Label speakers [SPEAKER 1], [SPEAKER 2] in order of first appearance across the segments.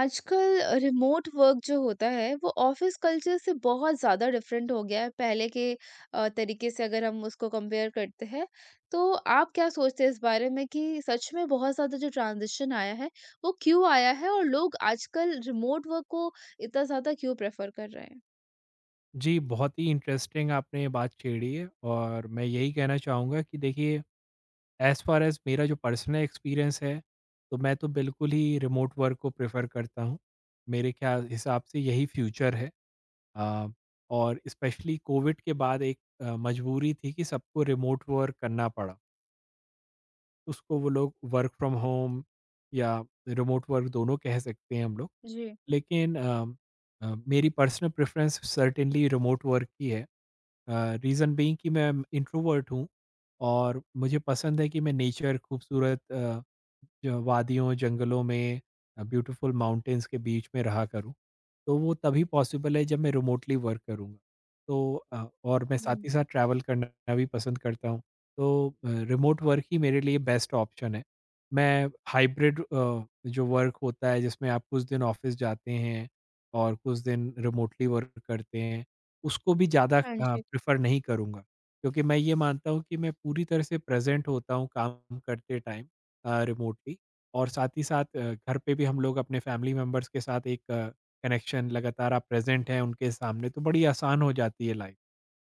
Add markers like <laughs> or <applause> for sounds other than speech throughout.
[SPEAKER 1] आजकल remote work जो होता है वो ऑफिस कल्चर से बहुत ज़्यादा डिफरेंट हो गया है पहले के तरीके से अगर हम उसको कंपेयर करते हैं तो आप क्या सोचते हैं इस बारे में कि सच में बहुत ज़्यादा जो ट्रांजिशन आया है वो क्यों आया है और लोग आजकल रिमोट वर्क को इतना ज़्यादा क्यों प्रेफर कर रहे हैं?
[SPEAKER 2] जी, बहुत ही इंटरेस्टिंग आपने ये बात छेड़ी है और मैं यही कहना चाहूँगा कि देखिए एज़ फ़ार एज़ मेरा जो पर्सनल एक्सपीरियंस है, तो मैं तो बिल्कुल ही रिमोट वर्क को प्रेफ़र करता हूँ। मेरे ख़्याल हिसाब से यही फ्यूचर है। अ, और स्पेशली कोविड के बाद एक मजबूरी थी कि सबको रिमोट वर्क करना पड़ा। उसको वो लोग वर्क फ्रॉम होम या रिमोट वर्क दोनों कह सकते हैं हम लोग।
[SPEAKER 1] जी।
[SPEAKER 2] लेकिन मेरी personal preference certainly remote work की है। रीज़न बीइंग कि मैं इंट्रोवर्ट हूँ और मुझे पसंद है कि मैं नेचर खूबसूरत जो वादियों जंगलों में ब्यूटीफुल माउंटेन्स के बीच में रहा करूँ। तो वो तभी पॉसिबल है जब मैं रिमोटली वर्क करूँगा। तो और मैं साथ
[SPEAKER 1] हुँ।
[SPEAKER 2] ही साथ ट्रैवल करना भी पसंद करता हूँ। तो रिमोट वर्क ही मेरे लिए बेस्ट ऑप्शन है। मैं हाइब्रिड जो वर्क होता है जिसमें आप कुछ दिन ऑफ़िस जाते हैं और कुछ दिन रिमोटली वर्क करते हैं उसको भी ज़्यादा
[SPEAKER 1] हाँ जी।
[SPEAKER 2] प्रेफ़र नहीं करूँगा। क्योंकि मैं ये मानता हूँ कि मैं पूरी तरह से प्रेज़ेंट होता हूँ काम करते टाइम रिमोटली, और साथ ही साथ घर पे भी हम लोग अपने फ़ैमिली मेंबर्स के साथ एक कनेक्शन लगातार आप प्रेज़ेंट हैं उनके सामने, तो बड़ी आसान हो जाती है लाइफ़।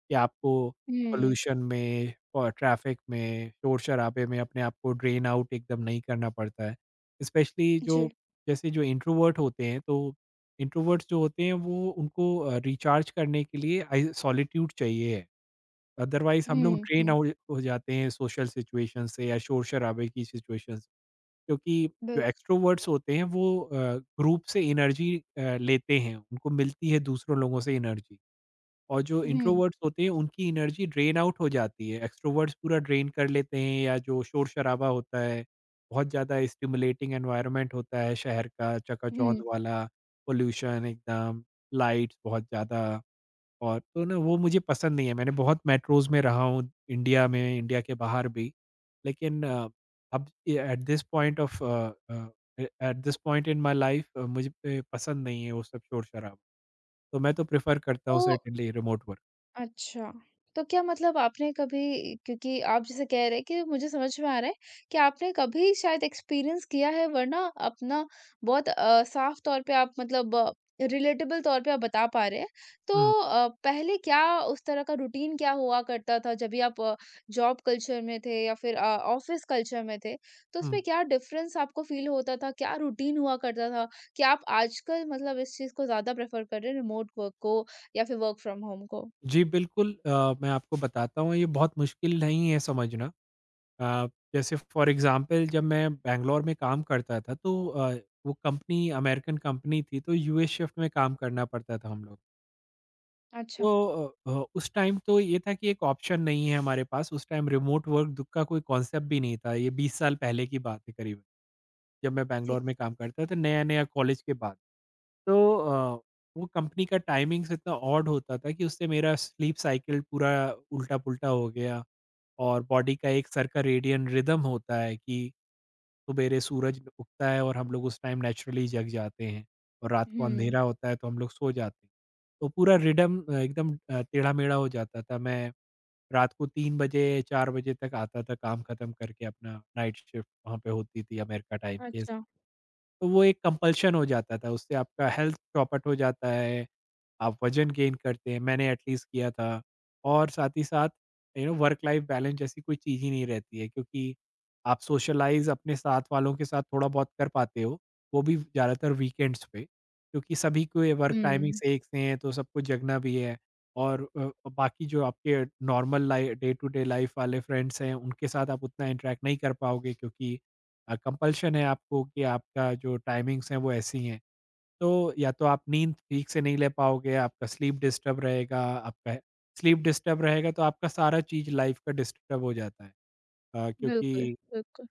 [SPEAKER 2] कि आपको
[SPEAKER 1] हुँ।
[SPEAKER 2] पॉल्यूशन में और ट्रैफ़िक में, शोर-शराबे में अपने आप को ड्रेन आउट एकदम नहीं करना पड़ता है। स्पेशली जो
[SPEAKER 1] जी।
[SPEAKER 2] जैसे जो इंट्रोवर्ट होते हैं, तो इंट्रोवर्ट्स जो होते हैं वो उनको रिचार्ज करने के लिए आई सॉलिट्यूड चाहिए। अदरवाइज़ हम लोग
[SPEAKER 1] हुँ,
[SPEAKER 2] ड्रेन
[SPEAKER 1] हुँ।
[SPEAKER 2] आउट हो जाते हैं सोशल सिचुएशन से या शोर-शराबे की सिचुएशन से। क्योंकि जो
[SPEAKER 1] बिल
[SPEAKER 2] एक्स्ट्रोवर्ट्स होते हैं वो ग्रुप से एनर्जी लेते हैं, उनको मिलती है दूसरों लोगों से एनर्जी। और जो
[SPEAKER 1] हुँ,
[SPEAKER 2] इंट्रोवर्ट्स होते हैं उनकी एनर्जी ड्रेन आउट हो जाती है, एक्सट्रोवर्ट्स पूरा ड्रेन कर लेते हैं या जो शोर शराबा होता है, बहुत ज़्यादा स्टिमुलेटिंग एनवायरनमेंट होता है शहर का चकाचौंध
[SPEAKER 1] हुँ।
[SPEAKER 2] वाला, पोल्यूशन एकदम, लाइट्स बहुत ज़्यादा। और तो ना वो मुझे पसंद नहीं है, मैंने बहुत मेट्रोज में रहा हूँ इंडिया में, इंडिया के बाहर भी। लेकिन अब at this point of at this point in my life मुझे पसंद नहीं है वो सब शोर शराबा। तो मैं तो प्रेफर करता हूँ
[SPEAKER 1] तो
[SPEAKER 2] सर्टेनली रिमोट वर्क।
[SPEAKER 1] अच्छा। तो क्या मतलब आपने कभी, क्योंकि आप जैसे कह रहे हैं कि मुझे समझ में आ रहा है कि आपने कभी शायद एक्सपीरियंस किया है, वरना अपना बहुत साफ तौर पे आप मतलब रिलेटेबल तौर पे आप बता पा रहे हैं। तो
[SPEAKER 2] हुँ,
[SPEAKER 1] पहले क्या उस तरह का रूटीन क्या हुआ करता था जब भी आप जॉब कल्चर में थे या फिर ऑफ़िस कल्चर में थे? तो उसमें
[SPEAKER 2] हुँ।
[SPEAKER 1] क्या डिफ़रेंस आपको फ़ील होता था? क्या रूटीन हुआ करता था कि आप आजकल मतलब इस चीज़ को ज़्यादा प्रेफ़र कर रहे हैं रिमोट वर्क को या फिर वर्क फ्रॉम होम को?
[SPEAKER 2] जी, बिल्कुल। मैं आपको बताता हूँ, ये बहुत मुश्किल नहीं है समझना। अ, जैसे फ़ॉर एग्ज़ाम्पल जब मैं बैंगलोर में काम करता था, तो वो कंपनी अमेरिकन कंपनी थी, तो यूएस शिफ्ट में काम करना पड़ता था हम लोग। तो
[SPEAKER 1] अच्छा।
[SPEAKER 2] उस टाइम तो ये था कि एक ऑप्शन नहीं है हमारे पास, उस टाइम रिमोट वर्क द का कोई कॉन्सेप्ट भी नहीं था, ये 20 साल पहले की बात है करीबन, जब मैं
[SPEAKER 1] जी।
[SPEAKER 2] बैंगलोर में काम करता था नया-नया कॉलेज के बाद। तो वो कंपनी का टाइमिंग्स इतना ऑड होता था कि उससे मेरा स्लीप साइकिल पूरा उल्टा-पुल्टा हो गया। और बॉडी का एक सर्कैडियन रिदम होता है कि सुबेरे सूरज उगता है और हम लोग उस टाइम नेचुरली जग जाते हैं और रात को
[SPEAKER 1] हुँ,
[SPEAKER 2] अंधेरा होता है तो हम लोग सो जाते हैं। तो पूरा रिदम एकदम टेढ़ा-मेढ़ा हो जाता था। मैं रात को 3 बजे, 4 बजे तक आता था काम खत्म करके, अपना नाइट शिफ्ट वहाँ पे होती थी अमेरिका टाइम के हिसाब से।
[SPEAKER 1] अच्छा।
[SPEAKER 2] तो वो एक कंपल्शन हो जाता था, उससे आपका हेल्थ चौपट हो जाता है, आप वज़न गेन करते हैं, मैंने एटलीस्ट किया था। और साथ ही साथ वर्क लाइफ बैलेंस जैसी कोई चीज़ ही नहीं रहती है, क्योंकि आप सोशलाइज़ अपने साथ वालों के साथ थोड़ा बहुत कर पाते हो, वो भी ज़्यादातर वीकेंड्स पे। क्योंकि सभी के वर्क
[SPEAKER 1] हुँ,
[SPEAKER 2] टाइमिंग्स एक से हैं तो सबको जगना भी है और बाकी जो आपके normal life day to day life वाले फ्रेंड्स हैं उनके साथ आप उतना इंटरेक्ट नहीं कर पाओगे, क्योंकि कंपल्शन है आपको कि आपका जो टाइमिंग्स हैं वो ऐसी हैं। तो या तो आप नींद ठीक से नहीं ले पाओगे, आपका स्लीप डिस्टर्ब रहेगा, आपका स्लीप डिस्टर्ब रहेगा तो आपका सारा चीज लाइफ का डिस्टर्ब हो जाता है।
[SPEAKER 1] बिल्कुल,
[SPEAKER 2] क्योंकि
[SPEAKER 1] बिल्कुल।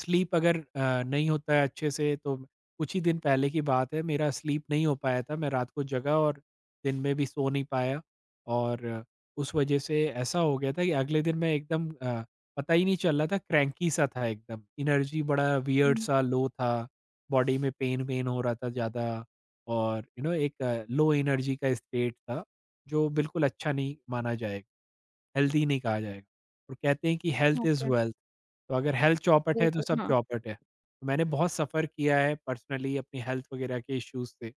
[SPEAKER 2] स्लीप अगर नहीं होता है अच्छे से तो, कुछ ही दिन पहले की बात है मेरा स्लीप नहीं हो पाया था, मैं रात को जगा और दिन में भी सो नहीं पाया, और उस वजह से ऐसा हो गया था कि अगले दिन मैं एकदम पता ही नहीं चल रहा था, क्रैंकी सा था एकदम, एनर्जी बड़ा वियर्ड
[SPEAKER 1] हुँ,
[SPEAKER 2] सा लो था, बॉडी में पेन-वेन हो रहा था ज़्यादा, और एक लो एनर्जी का स्टेट था, जो बिल्कुल अच्छा नहीं माना जाएगा। हेल्दी नहीं कहा जाएगा, और कहते हैं कि हेल्थ इज़
[SPEAKER 1] ओके,
[SPEAKER 2] वेल्थ। तो अगर हेल्थ चौपट है, तो
[SPEAKER 1] बिल्कुल,
[SPEAKER 2] सब
[SPEAKER 1] हाँ।
[SPEAKER 2] चौपट है। तो मैंने बहुत सफ़र किया है पर्सनली अपनी हेल्थ वगैरह के इश्यूज़ से।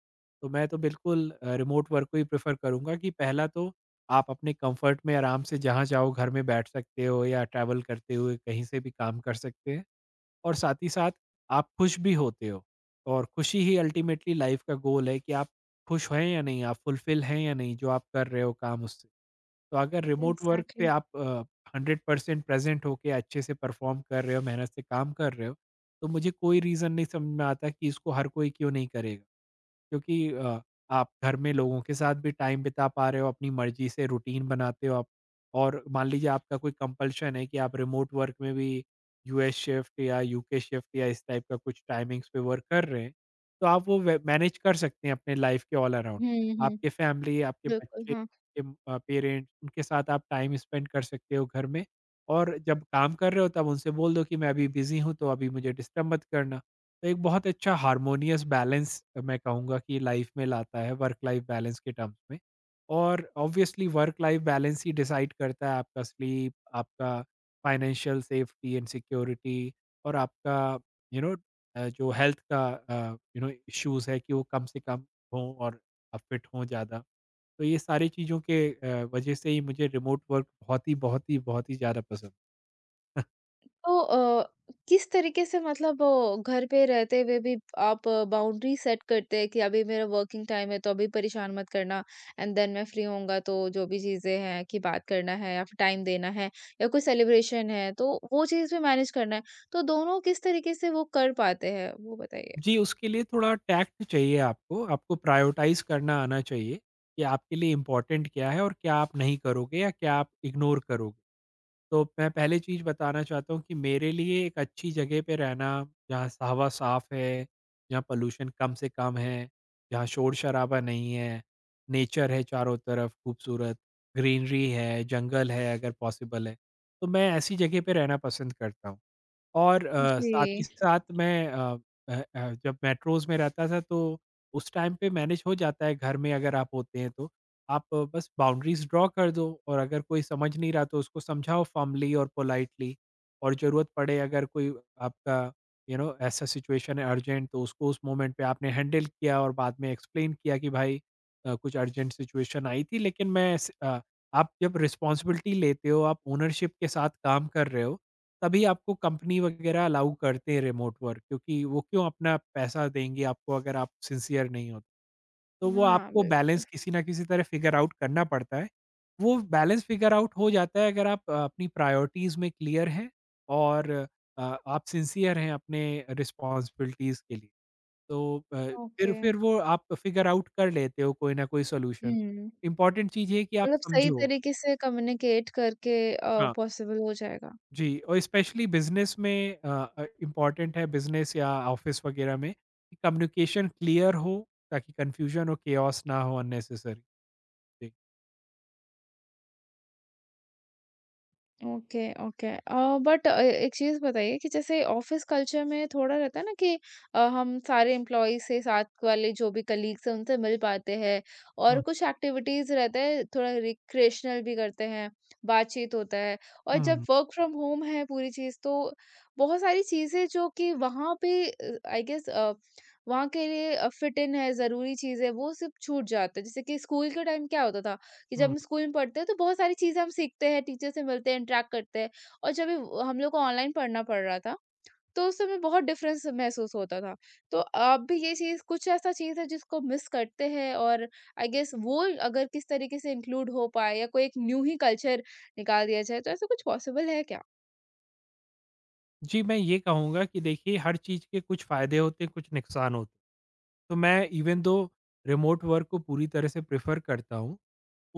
[SPEAKER 2] तो मैं तो बिल्कुल रिमोट वर्क को ही प्रेफ़र करूँगा, कि पहला तो आप अपने कम्फ़र्ट में आराम से जहाँ चाहो घर में बैठ सकते हो, या ट्रैवल करते हुए कहीं से भी काम कर सकते हैं, और साथ ही साथ आप खुश भी होते हो, और खुशी ही अल्टीमेटली लाइफ़ का गोल है, कि आप खुश हैं या नहीं, आप फुलफ़िल हैं या नहीं जो आप कर रहे हो काम उससे। तो अगर रिमोट वर्क से
[SPEAKER 1] एग्ज़ैक्टली।
[SPEAKER 2] आप 100% प्रेज़ेंट होके अच्छे से परफ़ॉर्म कर रहे हो, मेहनत से काम कर रहे हो, तो मुझे कोई रीज़न नहीं समझ में आता कि इसको हर कोई क्यों नहीं करेगा। क्योंकि आप घर में लोगों के साथ भी टाइम बिता पा रहे हो, अपनी मर्ज़ी से रूटीन बनाते हो आप। और मान लीजिए आपका कोई कंपल्शन है कि आप रिमोट वर्क में भी यूएस शिफ्ट या यूके शिफ्ट या इस टाइप का कुछ टाइमिंग्स पे वर्क कर रहे हैं, तो आप वो वे मैनेज कर सकते हैं अपने लाइफ़ के ऑल अराउंड।
[SPEAKER 1] हुँ, हुँ,
[SPEAKER 2] आपके फैमिली, आपके
[SPEAKER 1] बिल्कुल,
[SPEAKER 2] बच्चे,
[SPEAKER 1] हाँ।
[SPEAKER 2] आपके पेरेंट्स, उनके साथ आप टाइम स्पेंड कर सकते हो घर में, और जब काम कर रहे हो तब उनसे बोल दो कि मैं अभी बिज़ी हूँ, तो अभी मुझे डिस्टर्ब मत करना। तो एक बहुत अच्छा हार्मोनियस बैलेंस मैं कहूँगा कि लाइफ में लाता है वर्क लाइफ बैलेंस के टर्म्स में। और ऑब्वियसली वर्क लाइफ बैलेंस ही डिसाइड करता है आपका स्लीप, आपका फाइनेंशियल सेफ्टी एंड सिक्योरिटी, और आपका यू नो जो हेल्थ का इश्यूज़ है कि वो कम से कम हों, और आप फिट हों ज़्यादा। तो ये सारी चीज़ों के वजह से ही मुझे रिमोट वर्क बहुत ही, बहुत ही, बहुत ही ज़्यादा पसंद है। <laughs>
[SPEAKER 1] तो किस तरीके से मतलब, घर पे रहते हुए भी आप बाउंड्री सेट करते हैं कि अभी मेरा वर्किंग टाइम है, तो अभी परेशान मत करना, एंड देन मैं फ्री होऊँगा तो जो भी चीज़ें हैं कि बात करना है या फिर टाइम देना है या कोई सेलिब्रेशन है, तो वो चीज़ भी मैनेज करना है। तो दोनों किस तरीके से वो कर पाते हैं? वो बताइए?
[SPEAKER 2] जी, उसके लिए थोड़ा टैक्ट चाहिए आपको। आपको प्रायोरिटाइज़ करना आना चाहिए, कि आपके लिए इम्पोर्टेंट क्या है और क्या आप नहीं करोगे या क्या आप इग्नोर करोगे। तो मैं पहले चीज़ बताना चाहता हूँ कि मेरे लिए एक अच्छी जगह पे रहना, जहाँ स हवा साफ़ है, जहाँ पॉल्यूशन कम से कम है, जहाँ शोर-शराबा नहीं है, नेचर है चारों तरफ खूबसूरत, ग्रीनरी है, जंगल है अगर पॉसिबल है, तो मैं ऐसी जगह पे रहना पसंद करता हूँ। और साथ ही
[SPEAKER 1] जी।
[SPEAKER 2] साथ मैं जब मेट्रोज़ में रहता था तो उस टाइम पे मैनेज हो जाता है घर में अगर आप होते हैं तो। आप बस बाउंड्रीज़ ड्रॉ कर दो, और अगर कोई समझ नहीं रहा तो उसको समझाओ फॉर्मली और पोलाइटली, और ज़रूरत पड़े अगर कोई आपका ऐसा सिचुएशन है अर्जेंट, तो उसको उस मोमेंट पे आपने हैंडल किया और बाद में एक्सप्लेन किया कि भाई कुछ अर्जेंट सिचुएशन आई थी। लेकिन मैं आप जब रिस्पॉन्सिबिलिटी लेते हो, आप ओनरशिप के साथ काम कर रहे हो, तभी आपको कंपनी वगैरह अलाउ करते हैं रिमोट वर्क। क्योंकि वो क्यों अपना पैसा देंगे आपको अगर आप सिंसियर नहीं हो, तो वो
[SPEAKER 1] हाँ,
[SPEAKER 2] आपको
[SPEAKER 1] बिल्कुल।
[SPEAKER 2] बैलेंस किसी ना किसी तरह फिगर आउट करना पड़ता है। वो बैलेंस फिगर आउट हो जाता है अगर आप अपनी प्रायोरिटीज में क्लियर हैं और आप सिंसियर हैं अपने रिस्पॉन्सिबिलिटीज के लिए, तो फिर
[SPEAKER 1] ओके,
[SPEAKER 2] फिर वो आप फिगर आउट कर लेते हो कोई ना कोई सोल्यूशन।
[SPEAKER 1] हुँ।
[SPEAKER 2] इंपॉर्टेंट चीज़ ये है कि आप
[SPEAKER 1] मतलब सही
[SPEAKER 2] समझो।
[SPEAKER 1] तरीके से कम्युनिकेट करके
[SPEAKER 2] हाँ
[SPEAKER 1] पॉसिबल हो जाएगा।
[SPEAKER 2] जी, और स्पेशली बिजनेस में इम्पॉर्टेंट है, बिजनेस या ऑफिस वगैरह में, कि कम्युनिकेशन क्लियर हो, ताकि कंफ्यूजन और केओस ना हो अननेसेसरी। जी।
[SPEAKER 1] Okay, okay. बट एक चीज़ बताइए कि जैसे ऑफ़िस कल्चर में थोड़ा रहता है ना कि हम सारे एम्प्लॉई से साथ वाले जो भी कलीग्स हैं उनसे मिल पाते हैं
[SPEAKER 2] हम्म।
[SPEAKER 1] और कुछ एक्टिविटीज़ रहते हैं, थोड़ा रिक्रिएशनल भी करते हैं, बातचीत होता है। और जब
[SPEAKER 2] हम्म।
[SPEAKER 1] वर्क फ्रॉम होम है पूरी चीज़, तो बहुत सारी चीज़ें जो कि वहाँ पे आई गेस, वहाँ के लिए फिट इन है, ज़रूरी चीज़ें वो सब छूट जाते हैं। जैसे कि स्कूल के टाइम क्या होता था कि जब
[SPEAKER 2] हम्म।
[SPEAKER 1] हम स्कूल में पढ़ते हैं तो बहुत सारी चीज़ें हम सीखते हैं, टीचर से मिलते हैं, इंटरैक्ट करते हैं। और जब ये हम लोग को ऑनलाइन पढ़ना पड़ रहा था, तो उस समय बहुत डिफ़रेंस महसूस होता था। तो अब भी ये चीज़ कुछ ऐसा चीज़ है जिसको मिस करते हैं, और आई गेस वो अगर किस तरीके से इंक्लूड हो पाए या कोई एक न्यू ही कल्चर निकाल दिया जाए, तो ऐसा कुछ पॉसिबल है क्या?
[SPEAKER 2] जी, मैं ये कहूँगा कि देखिए हर चीज़ के कुछ फ़ायदे होते हैं, कुछ नुकसान होते हैं। तो मैं इवन दो रिमोट वर्क को पूरी तरह से प्रेफर करता हूँ,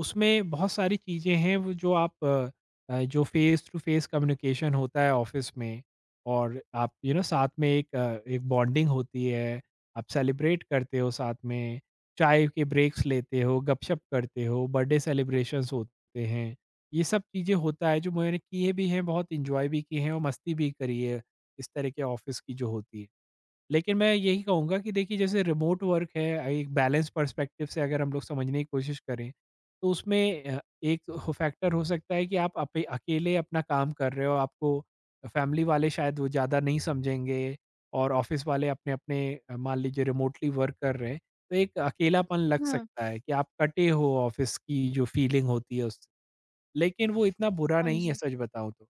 [SPEAKER 2] उसमें बहुत सारी चीज़ें हैं वो जो आप जो फेस टू फेस कम्युनिकेशन होता है ऑफिस में, और आप साथ में एक एक बॉन्डिंग होती है, आप सेलिब्रेट करते हो साथ में, चाय के ब्रेक्स लेते हो, गपशप करते हो, बर्थडे सेलिब्रेशंस होते हैं, ये सब चीज़ें होता है, जो मैंने किए भी हैं, बहुत इंजॉय भी किए हैं और मस्ती भी करी है इस तरह के ऑफिस की जो होती है। लेकिन मैं यही कहूँगा कि देखिए, जैसे रिमोट वर्क है, एक बैलेंस पर्सपेक्टिव से अगर हम लोग समझने की कोशिश करें, तो उसमें एक हो फैक्टर हो सकता है कि आप अकेले अपना काम कर रहे हो। आपको फैमिली वाले शायद वो ज़्यादा नहीं समझेंगे। और ऑफिस वाले अपने अपने मान लीजिए रिमोटली वर्क कर रहे हैं। तो एक अकेलापन लग
[SPEAKER 1] हाँ,
[SPEAKER 2] सकता है कि आप कटे हो ऑफिस की जो फीलिंग होती है उससे। लेकिन वो इतना बुरा
[SPEAKER 1] हाँ
[SPEAKER 2] नहीं है
[SPEAKER 1] जी।
[SPEAKER 2] सच बताऊँ तो।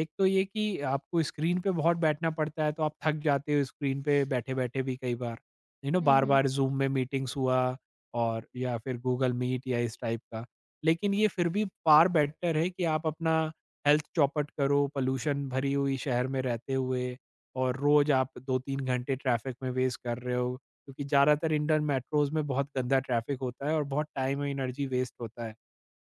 [SPEAKER 2] एक तो ये कि आपको स्क्रीन पे बहुत बैठना पड़ता है, तो आप थक जाते हो स्क्रीन पे बैठे-बैठे भी कई बार। यू नो,
[SPEAKER 1] हुँ, हुँ।
[SPEAKER 2] बार-बार ज़ूम में मीटिंग्स हुआ, और या फिर गूगल मीट या इस टाइप का। लेकिन ये फिर भी फार बेटर है कि आप अपना हेल्थ चौपट करो, पॉल्यूशन भरी हुई शहर में रहते हुए, और रोज़ आप 2-3 घंटे ट्रैफ़िक में वेस्ट कर रहे हो। क्योंकि ज़्यादातर इंडियन मेट्रोज़ में बहुत गंदा ट्रैफ़िक होता है और बहुत टाइम और एनर्जी वेस्ट होता है।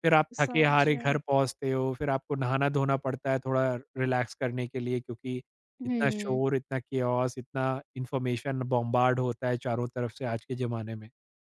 [SPEAKER 2] फिर आप
[SPEAKER 1] समझ
[SPEAKER 2] थके-हारे
[SPEAKER 1] रहे
[SPEAKER 2] घर
[SPEAKER 1] हैं।
[SPEAKER 2] पहुँचते हो, फिर आपको नहाना-धोना पड़ता है थोड़ा रिलैक्स करने के लिए, क्योंकि इतना
[SPEAKER 1] हुँ।
[SPEAKER 2] शोर, इतना केओस, इतना इन्फॉर्मेशन बॉम्बार्ड होता है चारों तरफ से आज के ज़माने में,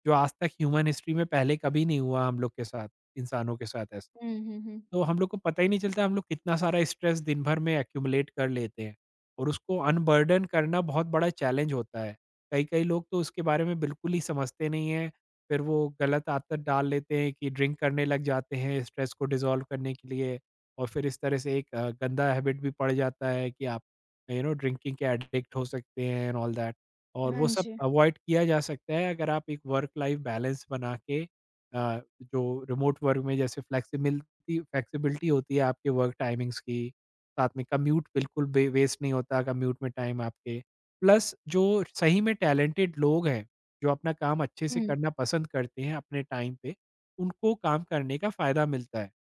[SPEAKER 2] जो आज तक ह्यूमन हिस्ट्री में पहले कभी नहीं हुआ हम लोग के साथ, इंसानों के साथ ऐसा।
[SPEAKER 1] हुँ, हुँ, हुँ।
[SPEAKER 2] तो हम लोग को पता ही नहीं चलता हम लोग कितना सारा स्ट्रेस दिन भर में एक्यूमुलेट कर लेते हैं, और उसको अनबर्डन करना बहुत बड़ा चैलेंज होता है। कई-कई लोग तो उसके बारे में बिल्कुल ही समझते नहीं हैं, फिर वो गलत आदत डाल लेते हैं कि ड्रिंक करने लग जाते हैं स्ट्रेस को डिज़ॉल्व करने के लिए। और फिर इस तरह से एक गंदा हैबिट भी पड़ जाता है कि आप, यू नो, ड्रिंकिंग के एडिक्ट हो सकते हैं, एंड ऑल दैट। और वो
[SPEAKER 1] हाँ
[SPEAKER 2] सब
[SPEAKER 1] जी।
[SPEAKER 2] अवॉइड किया जा सकता है अगर आप एक वर्क लाइफ बैलेंस बना के जो रिमोट वर्क में, जैसे फ्लेक्सिबिल इतनी फ्लेक्सिबिलिटी होती है आपके वर्क टाइमिंग्स की, साथ में कम्यूट बिल्कुल बे वेस्ट नहीं होता, कम्यूट में टाइम आपके। प्लस जो सही में टैलेंटेड लोग हैं, जो अपना काम अच्छे से
[SPEAKER 1] हुँ,
[SPEAKER 2] करना पसंद करते हैं अपने टाइम पे, उनको काम करने का फ़ायदा मिलता है।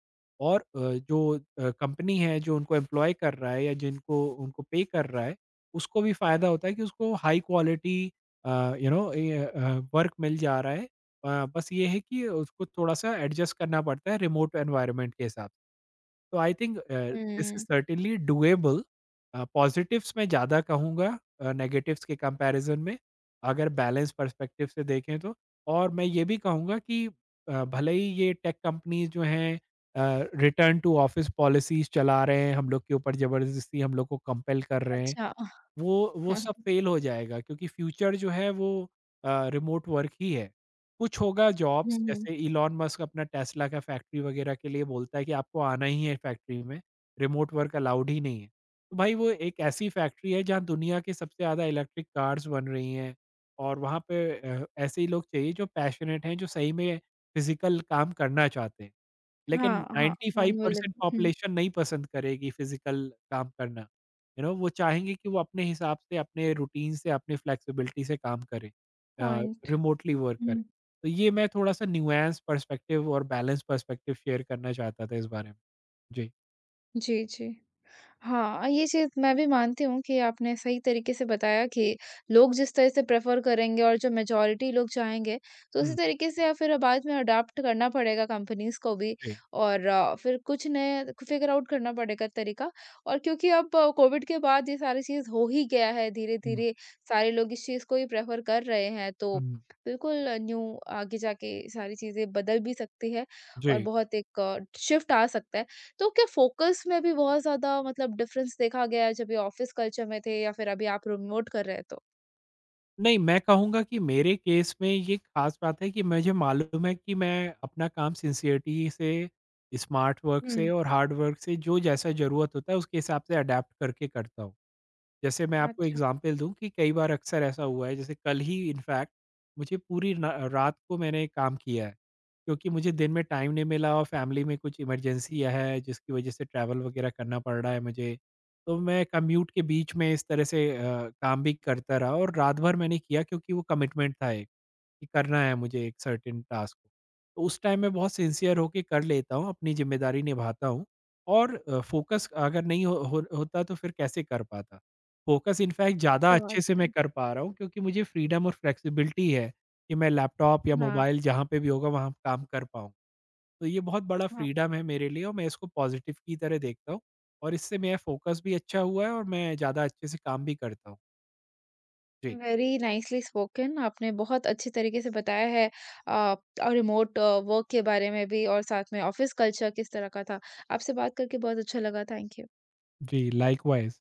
[SPEAKER 2] और जो कंपनी है जो उनको एम्प्लॉय कर रहा है या जिनको उनको पे कर रहा है, उसको भी फ़ायदा होता है कि उसको high quality uh, you know a work मिल जा रहा है। बस ये है कि उसको थोड़ा-सा एडजस्ट करना पड़ता है रिमोट एनवायरनमेंट के हिसाब से। तो I think this is
[SPEAKER 1] hmm.
[SPEAKER 2] Certainly doable. Positives मैं ज़्यादा कहूँगा नेगेटिव्स के कंपैरिज़न में, अगर बैलेंस पर्सपेक्टिव से देखें तो। और मैं ये भी कहूँगा कि भले ही ये टेक कंपनीज़ जो हैं रिटर्न टू ऑफ़िस पॉलिसीज़ चला रहे हैं, हम लोग के ऊपर ज़बरदस्ती हम लोग को कंपेल कर रहे हैं।
[SPEAKER 1] अच्छा।
[SPEAKER 2] वो सब फेल हो जाएगा, क्योंकि फ्यूचर जो है वो रिमोट वर्क ही है। कुछ होगा जॉब्स
[SPEAKER 1] हुँ, हुँ।
[SPEAKER 2] जैसे इलॉन मस्क अपना टेस्ला का फैक्ट्री वगैरह के लिए बोलता है कि आपको आना ही है फैक्ट्री में, रिमोट वर्क अलाउड ही नहीं है। तो भाई वो एक ऐसी फैक्ट्री है जहाँ दुनिया की सबसे ज़्यादा इलेक्ट्रिक कार्स बन रही हैं, और वहाँ पे ऐसे ही लोग चाहिए जो पैशनेट हैं, जो सही में फिज़िकल काम करना चाहते हैं। लेकिन
[SPEAKER 1] हाँ, हाँ। Manual
[SPEAKER 2] 95%
[SPEAKER 1] labour. हुँ।
[SPEAKER 2] पॉपुलेशन नहीं पसंद करेगी फिज़िकल काम करना। यू नो, वो चाहेंगे कि वो अपने हिसाब से, अपने रूटीन से, अपनी फ्लेक्सिबिलिटी से काम करें, अ,
[SPEAKER 1] पॉइंट।
[SPEAKER 2] रिमोटली वर्क करें।
[SPEAKER 1] हुँ।
[SPEAKER 2] तो ये मैं थोड़ा-सा न्यूएंस पर्सपेक्टिव और बैलेंस पर्सपेक्टिव शेयर करना चाहता था इस बारे में। जी।
[SPEAKER 1] जी, जी। हाँ, ये चीज़ मैं भी मानती हूँ कि आपने सही तरीके से बताया कि लोग जिस तरह से प्रेफ़र करेंगे और जो मेजॉरिटी लोग चाहेंगे, तो उसी
[SPEAKER 2] हुँ,
[SPEAKER 1] तरीके से या फिर बाद में अडॉप्ट करना पड़ेगा कंपनीज़ को भी।
[SPEAKER 2] जी।
[SPEAKER 1] और फिर कुछ नए फ़िगर आउट करना पड़ेगा तरीका। और क्योंकि अब कोविड के बाद ये सारी चीज़ हो ही गया है,
[SPEAKER 2] हुँ,
[SPEAKER 1] धीरे-धीरे सारे लोग इस चीज़ को ही प्रेफ़र कर रहे हैं, तो
[SPEAKER 2] हुँ,
[SPEAKER 1] बिल्कुल न्यू आगे जाके सारी चीज़ें बदल भी सकती है और
[SPEAKER 2] जी।
[SPEAKER 1] बहुत एक शिफ्ट आ सकता है। तो क्या फ़ोकस में भी बहुत ज़्यादा मतलब डिफ़रेंस देखा गया है जब ये ऑफ़िस कल्चर में थे या फिर अभी आप रिमोट कर रहे हैं तो?
[SPEAKER 2] नहीं, मैं कहूँगा कि मेरे केस में ये खास बात है कि मुझे मालूम है कि मैं अपना काम सिंसियरिटी से, स्मार्ट वर्क से
[SPEAKER 1] हुँ,
[SPEAKER 2] और हार्ड वर्क से, जो जैसा ज़रूरत होता है उसके हिसाब से अडैप्ट करके करता हूँ। जैसे मैं आपको
[SPEAKER 1] अच्छा,
[SPEAKER 2] एग्ज़ाम्पल दूँ कि कई बार अक्सर ऐसा हुआ है, जैसे कल ही इनफैक्ट मुझे पूरी न रात को मैंने काम किया है, क्योंकि मुझे दिन में टाइम नहीं मिला, और फैमिली में कुछ इमरजेंसी है, जिसकी वज़ह से ट्रैवल वग़ैरह करना पड़ रहा है मुझे। तो मैं कम्यूट के बीच में इस तरह से काम भी करता रहा, और रात भर मैंने किया क्योंकि वो कमिटमेंट था एक, कि करना है मुझे एक सर्टेन टास्क को। तो उस टाइम मैं बहुत सिंसियर होके कर लेता हूँ, अपनी ज़िम्मेदारी निभाता हूँ, और फ़ोकस अगर नहीं हो हो होता तो फिर कैसे कर पाता। फ़ोकस इनफैक्ट ज़्यादा
[SPEAKER 1] समझ
[SPEAKER 2] अच्छे से
[SPEAKER 1] रही
[SPEAKER 2] मैं
[SPEAKER 1] हूँ।
[SPEAKER 2] कर पा रहा हूँ, क्योंकि मुझे फ्रीडम और फ्लेक्सिबिलिटी है कि मैं लैपटॉप या
[SPEAKER 1] हाँ,
[SPEAKER 2] मोबाइल जहाँ पे भी होगा वहाँ काम कर पाऊँ। तो ये बहुत बड़ा
[SPEAKER 1] हाँ।
[SPEAKER 2] फ्रीडम है मेरे लिए, और मैं इसको पॉज़िटिव की तरह देखता हूँ, और इससे मेरा फ़ोकस भी अच्छा हुआ है, और मैं ज़्यादा अच्छे से काम भी करता हूँ। जी।
[SPEAKER 1] वेरी नाइसली स्पोकन, आपने बहुत अच्छे तरीके से बताया है अ, रिमोट वर्क के बारे में भी और साथ में ऑफ़िस कल्चर किस तरह का था। आपसे बात करके बहुत अच्छा लगा। Thank you.
[SPEAKER 2] जी, लाइकवाइज़।